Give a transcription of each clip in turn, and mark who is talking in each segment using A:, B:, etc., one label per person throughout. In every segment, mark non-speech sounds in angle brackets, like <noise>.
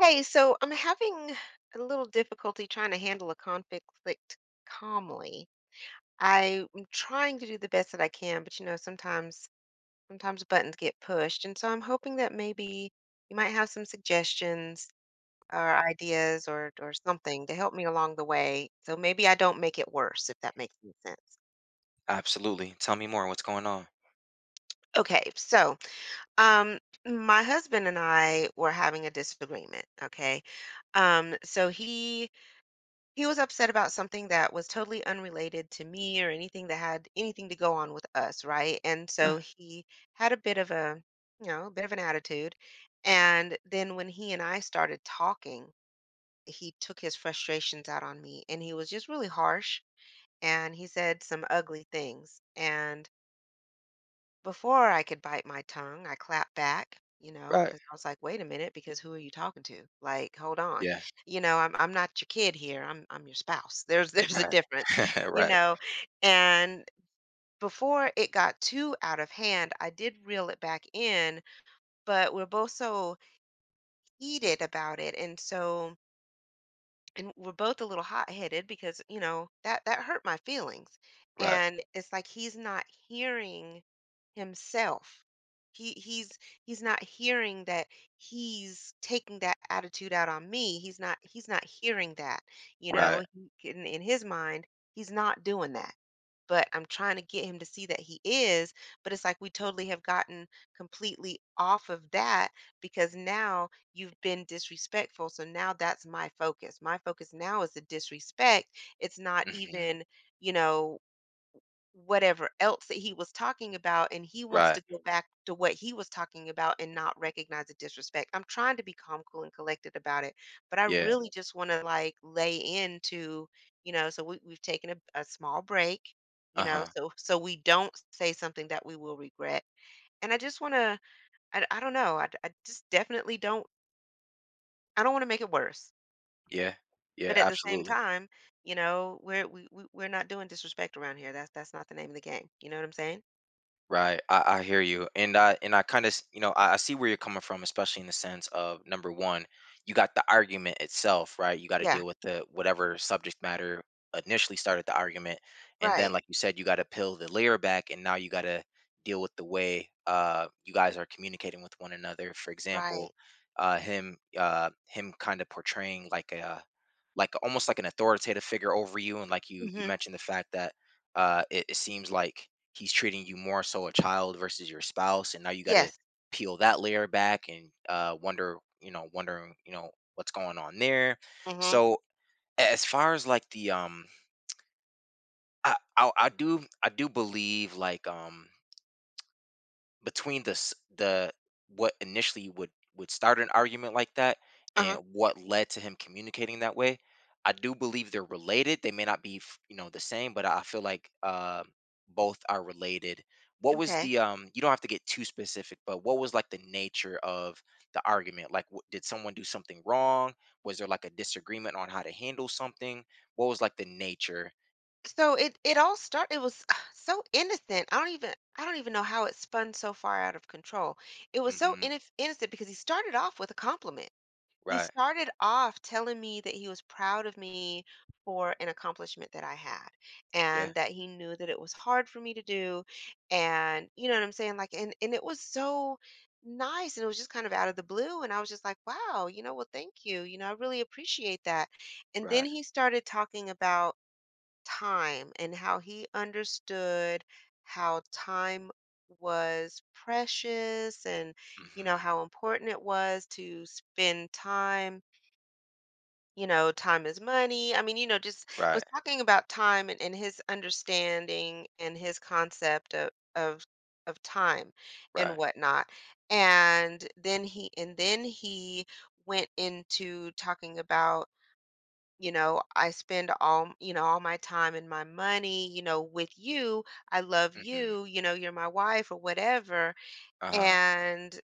A: Hey, so I'm having a little difficulty trying to handle a conflict calmly. I'm trying to do the best that I can, but sometimes sometimes buttons get pushed, and so I'm hoping that maybe you might have some suggestions or ideas or something to help me along the way, so maybe I don't make it worse, if that makes any sense.
B: Absolutely. Tell me more. What's going on?
A: Okay, so um my husband and I were having a disagreement, okay? So he was upset about something that was totally unrelated to me or anything that had anything to go on with us, right? And so
B: Right,
A: he had a bit of a, a bit of an attitude. And then when he and I started talking, he took his frustrations out on me and he was just really harsh and he said some ugly things. And before I could bite my tongue, I clapped back, you know,
B: right,
A: because I was like, "Wait a minute, because who are you talking to? Like, hold on.
B: yeah.
A: You know, I'm not your kid here. I'm your spouse. <laughs> There's a
B: Right.
A: difference."
B: <laughs> Right.
A: You
B: Right.
A: know? And before it got too out of hand, I did reel it back in, but we're both so heated about it, and so and we're both a little hot-headed because, you know, that hurt my feelings.
B: Right.
A: And it's like he's not hearing himself. He, he's not hearing that he's taking that attitude out on me. He's not hearing that. You know,
B: Right.
A: he, in his mind, he's not doing that. But I'm trying to get him to see that he is. But it's like we totally have gotten completely off of that because now you've been disrespectful. So now that's my focus. My focus now is the disrespect. It's not
B: Hmm.
A: even, you know, whatever else that he was talking about, and he wants
B: Right.
A: to go back to what he was talking about and not recognize the disrespect. I'm trying to be calm, cool, and collected about it, but I
B: Yeah.
A: really just want to like lay into, you know, so we've taken a small break, you
B: Uh
A: know,
B: huh.
A: so so we don't say something that we will regret. And I just want to, I don't know, I just definitely don't, I don't want to make it worse.
B: Yeah. Yeah.
A: But at the same
B: Absolutely.
A: time, you know, we we're not doing disrespect around here. That's not the name of the game. You know what I'm saying?
B: Right. I hear you. And I kind of I see where you're coming from, especially in the sense of number one, you got the argument itself, right? You got to
A: Yeah,
B: deal with the whatever subject matter initially started the argument, and then
A: right.
B: like you said, you got to peel the layer back, and now you got to deal with the way you guys are communicating with one another. For example,
A: Right.
B: him kind of portraying like a, like almost like an authoritative figure over you, and like you
A: Mhm.
B: mentioned the fact that it seems like he's treating you more so a child versus your spouse, and now you got to
A: Yes.
B: peel that layer back and wonder wondering what's going on there.
A: Mhm.
B: So as far as like the I do believe, like, between the what initially would start an argument like that, and
A: Uh-huh.
B: what led to him communicating that way, I do believe they're related. They may not be, the same, but I feel like, both are related. What was
A: Okay.
B: the um? You don't have to get too specific, but what was like the nature of the argument? Like, did someone do something wrong? Was there like a disagreement on how to handle something? What was like the nature?
A: So it all started. It was <sighs> so innocent. I don't even know how it spun so far out of control. It was so
B: Hmm.
A: innocent because he started off with a compliment. He
B: Right.
A: started off telling me that he was proud of me for an accomplishment that I had
B: Yeah.
A: and that he knew that it was hard for me to do, and you know what I'm saying, like, and it was so nice and it was just kind of out of the blue, and I was just like, wow, you know, well, thank you, you know, I really appreciate that. And then
B: Right.
A: he started talking about time and how he understood how time was precious and, you know,
B: Hmm.
A: how important it was to spend time, you know, time is money. I mean, you know, just was
B: Right.
A: talking about time and his understanding and his concept of of time and
B: Right.
A: whatnot. And then he went into talking about, you know, I spend all, you know, all my time and my money, you know, with you. I love
B: Mm-hmm.
A: you, you know, you're my wife or whatever.
B: Uh-huh.
A: and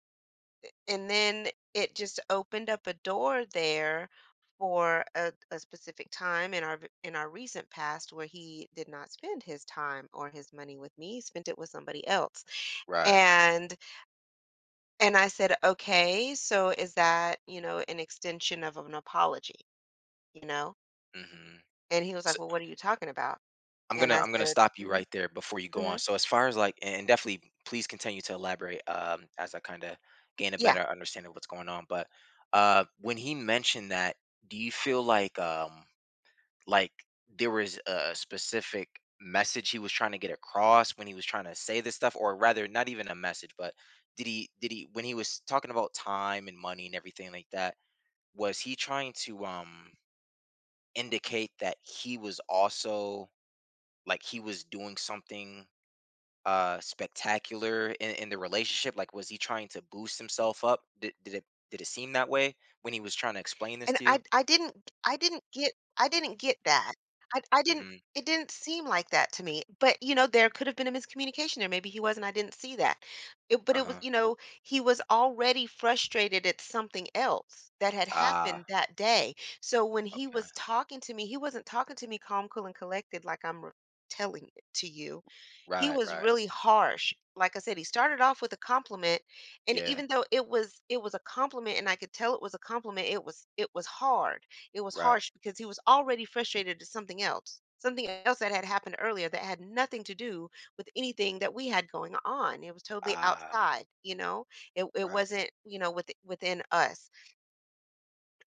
A: and then it just opened up a door there for a specific time in our in our recent past where he did not spend his time or his money with me, he spent it with somebody else.
B: Right.
A: and and I said, okay, so is that, you know, an extension of an apology, you know?
B: Mhm.
A: And he was like,
B: So,
A: well, what are you talking about?
B: I'm
A: And
B: gonna
A: I
B: I'm gonna
A: said,
B: stop you
A: "Mhm,
B: right there before you go on.
A: mhm,
B: So as far as like, and definitely please continue to elaborate, as I kind of gain a
A: yeah,"
B: better understanding of what's going on. But when he mentioned that, do you feel like like there was a specific message he was trying to get across when he was trying to say this stuff, or rather, not even a message, but did he when he was talking about time and money and everything like that, was he trying to indicate that he was also, like, he was doing something spectacular in the relationship? Like, was he trying to boost himself up? Did it seem that way when he was trying to explain this
A: and
B: to you?
A: I didn't get that. I didn't,
B: Mm-hmm.
A: it didn't seem like that to me, but, you know, there could have been a miscommunication there, maybe he wasn't, I didn't see that. It, but it was,
B: Uh-huh.
A: you know, he was already frustrated at something else that had
B: Ah,
A: happened that day. So when he
B: okay.
A: was talking to me, he wasn't talking to me calm, cool, and collected like I'm r telling it to you. He
B: Right,
A: was
B: right.
A: really harsh. Like I said, he started off with a compliment, and
B: Yeah.
A: even though it was a compliment and I could tell it was a compliment, it was hard, it was
B: Right.
A: harsh because he was already frustrated at something else, something else that had happened earlier that had nothing to do with anything that we had going on. It was totally
B: Ah.
A: outside, you know, it
B: Right.
A: wasn't, you know, with, within us.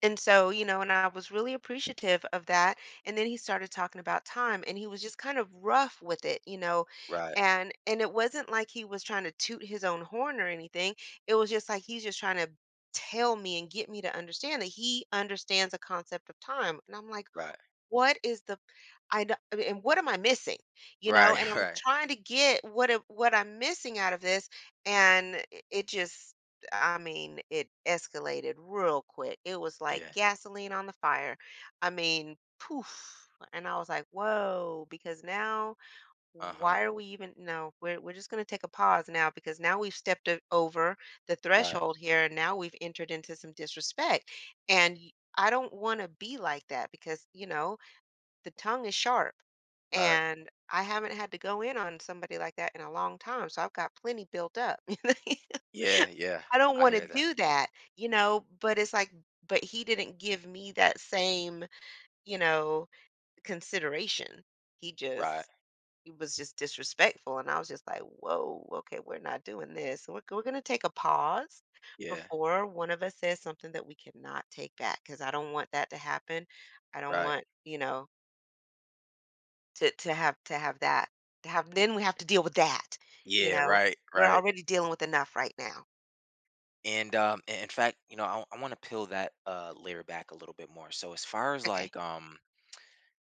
A: And so, you know, and I was really appreciative of that. And then he started talking about time and he was just kind of rough with it, you know.
B: Right.
A: And it wasn't like he was trying to toot his own horn or anything. It was just like he's just trying to tell me and get me to understand that he understands the concept of time. And I'm like,
B: Right.
A: what is the, I know, and what am I missing? You know,
B: Right.
A: and
B: <laughs>
A: I'm
B: Right.
A: trying to get what I'm missing out of this, and it just, I mean, it escalated real quick. It was like
B: Yeah.
A: gasoline on the fire. I mean, poof. And I was like, whoa, because now
B: Uh-huh.
A: why are we even no, we're just gonna take a pause now because now we've stepped over the
B: Right,
A: threshold here and now we've entered into some disrespect. And I don't want to be like that because, you know, the tongue is sharp.
B: right.
A: And I haven't had to go in on somebody like that in a long time, so I've got plenty built up. <laughs>
B: Yeah, yeah.
A: I don't
B: I
A: want to
B: hear that.
A: do that, you know, but it's like, but he didn't give me that same, you know, consideration. He
B: Right.
A: just, he was just disrespectful. And I was just like, whoa, okay, we're not doing this. We're going to take a pause
B: Yeah.
A: before one of us says something that we cannot take back because I don't want that to happen. I don't
B: Right.
A: want, you know, to have to have that, to have then we have to deal with that, you
B: Yeah.
A: know?
B: Right.
A: We're
B: Right.
A: already dealing with enough right now.
B: And in fact, I want to peel that layer back a little bit more. So as far as
A: Okay.
B: like,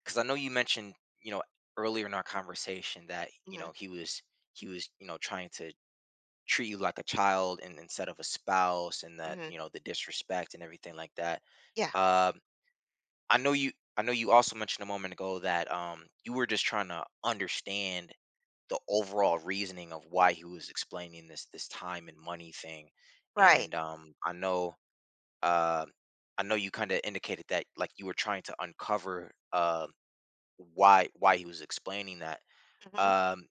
B: because I know you mentioned, you know, earlier in our conversation that
A: Mhm,
B: he was trying to treat you like a child, and instead of a spouse, and that
A: mhm.
B: the disrespect and everything like that.
A: Yeah,
B: Um, I know you. I know you also mentioned a moment ago that you were just trying to understand the overall reasoning of why he was explaining this time and money thing.
A: right.
B: And uh, I know you kind of indicated that like you were trying to uncover, why he was explaining that.
A: Mhm.
B: Um,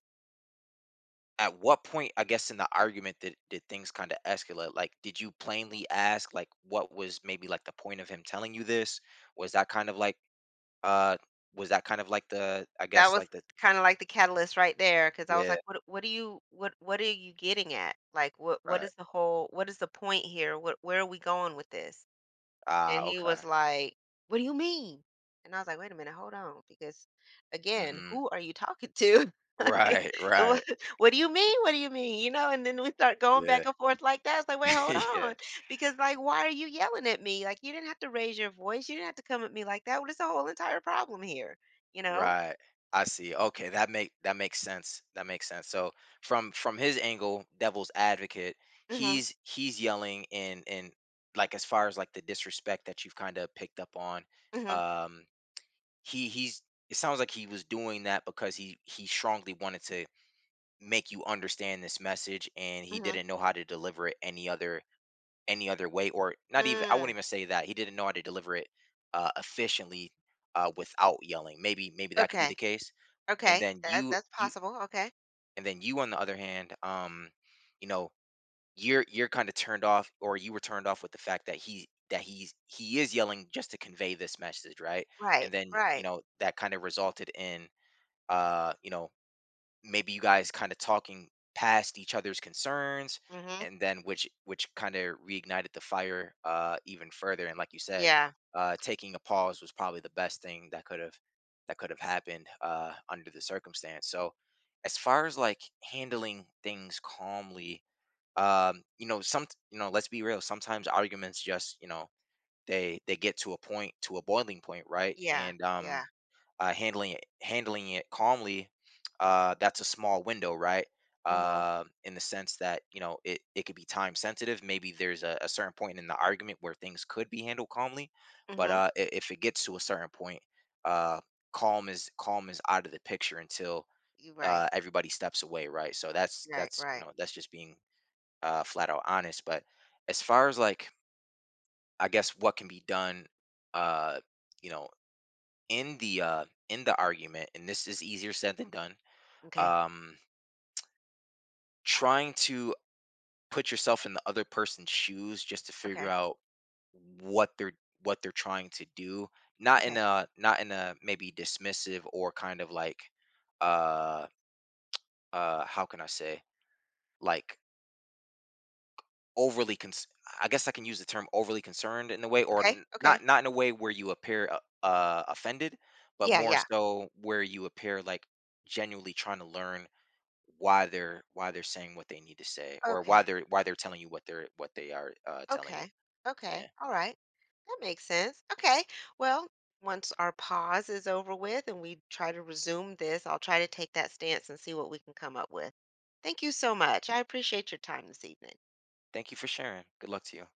B: at what point, I guess, in the argument did things kind of escalate? Like, did you plainly ask like what was maybe like the point of him telling you this? Was that kind of like, uh was that kind of like the, I
A: That
B: guess,
A: was
B: like the...
A: kinda like the catalyst right there, because I was
B: Yeah.
A: like, "What what are you, what are you getting at? Like, what
B: Right.
A: is the whole, what is the point here? What, where are we going with this?" And
B: Ah,
A: he
B: okay.
A: was like, "What do you mean?" And I was like, "Wait a minute, hold on, because again,
B: Mm-hmm.
A: who are you talking to?" <laughs>
B: <laughs>
A: Like,
B: Right,
A: "Wha
B: right.
A: what do you mean? What do you mean?" You know, and then we start going
B: Yeah.
A: back and forth like that. It's like, "Wait,
B: <laughs>
A: hold
B: Yeah.
A: on," because like, why are you yelling at me? Like, you didn't have to raise your voice. You didn't have to come at me like that. What is the whole entire problem here? You know?
B: Right. I see. Okay, that make that makes sense. That makes sense. So from his angle, devil's advocate,
A: Mhm.
B: he's yelling, and like, as far as like the disrespect that you've kind of picked up on,
A: Mhm.
B: um he he's it sounds like he was doing that because he strongly wanted to make you understand this message, and he
A: Mhm.
B: didn't know how to deliver it any other way, or not even, I wouldn't
A: Mm.
B: even say that. He didn't know how to deliver it efficiently, without yelling. Maybe, that could be the
A: Okay.
B: case. and
A: Okay.
B: then
A: That
B: you
A: that's
B: you
A: possible. Okay.
B: and then you on the other hand, you know you're kind of turned off, or you were turned off with the fact that he that he's he is yelling just to convey this message, right?
A: Right.
B: And then,
A: Right.
B: that kind of resulted in, uh you know maybe you guys kind of talking past each other's concerns,
A: Mhm.
B: and then which kind of reignited the fire, even further, and like you said,
A: Yeah.
B: taking a pause was probably the best thing that could have, happened under the circumstance. So as far as like handling things calmly, you know some you know let's be real, sometimes arguments just, they get to a boiling point, right?
A: Yeah.
B: And,
A: Yeah.
B: handling it, calmly, that's a small window, right?
A: Mhm.
B: In the sense that, it could be time sensitive. Maybe there's a certain point in the argument where things could be handled calmly, but
A: Mhm.
B: if it gets to a certain point, uh, calm is out of the picture until,
A: You right,
B: everybody steps away, right? So that's
A: right,
B: that's
A: right.
B: that's just being, flat out honest. But as far as like, I guess what can be done, uh, you know, in the, argument, and this is easier said than done.
A: Okay,
B: Um, Trying to put yourself in the other person's shoes just to figure
A: okay,
B: out what they're what they're trying to do, not
A: okay,
B: in a, maybe dismissive or kind of like, uh how can I say, like, overly I guess I can use the term overly concerned in a way, or
A: okay, okay.
B: not in a way where you appear, offended, but
A: Yeah,
B: more
A: yeah.
B: so where you appear like genuinely trying to learn why they're saying what they need to say, or
A: Okay,
B: why they're telling you what they are telling you.
A: okay,
B: Yeah.
A: okay. All right. That makes sense. Okay. Well, once our pause is over with and we try to resume this, I'll try to take that stance and see what we can come up with. Thank you so much. I appreciate your time this evening.
B: Thank you for sharing. Good luck to you.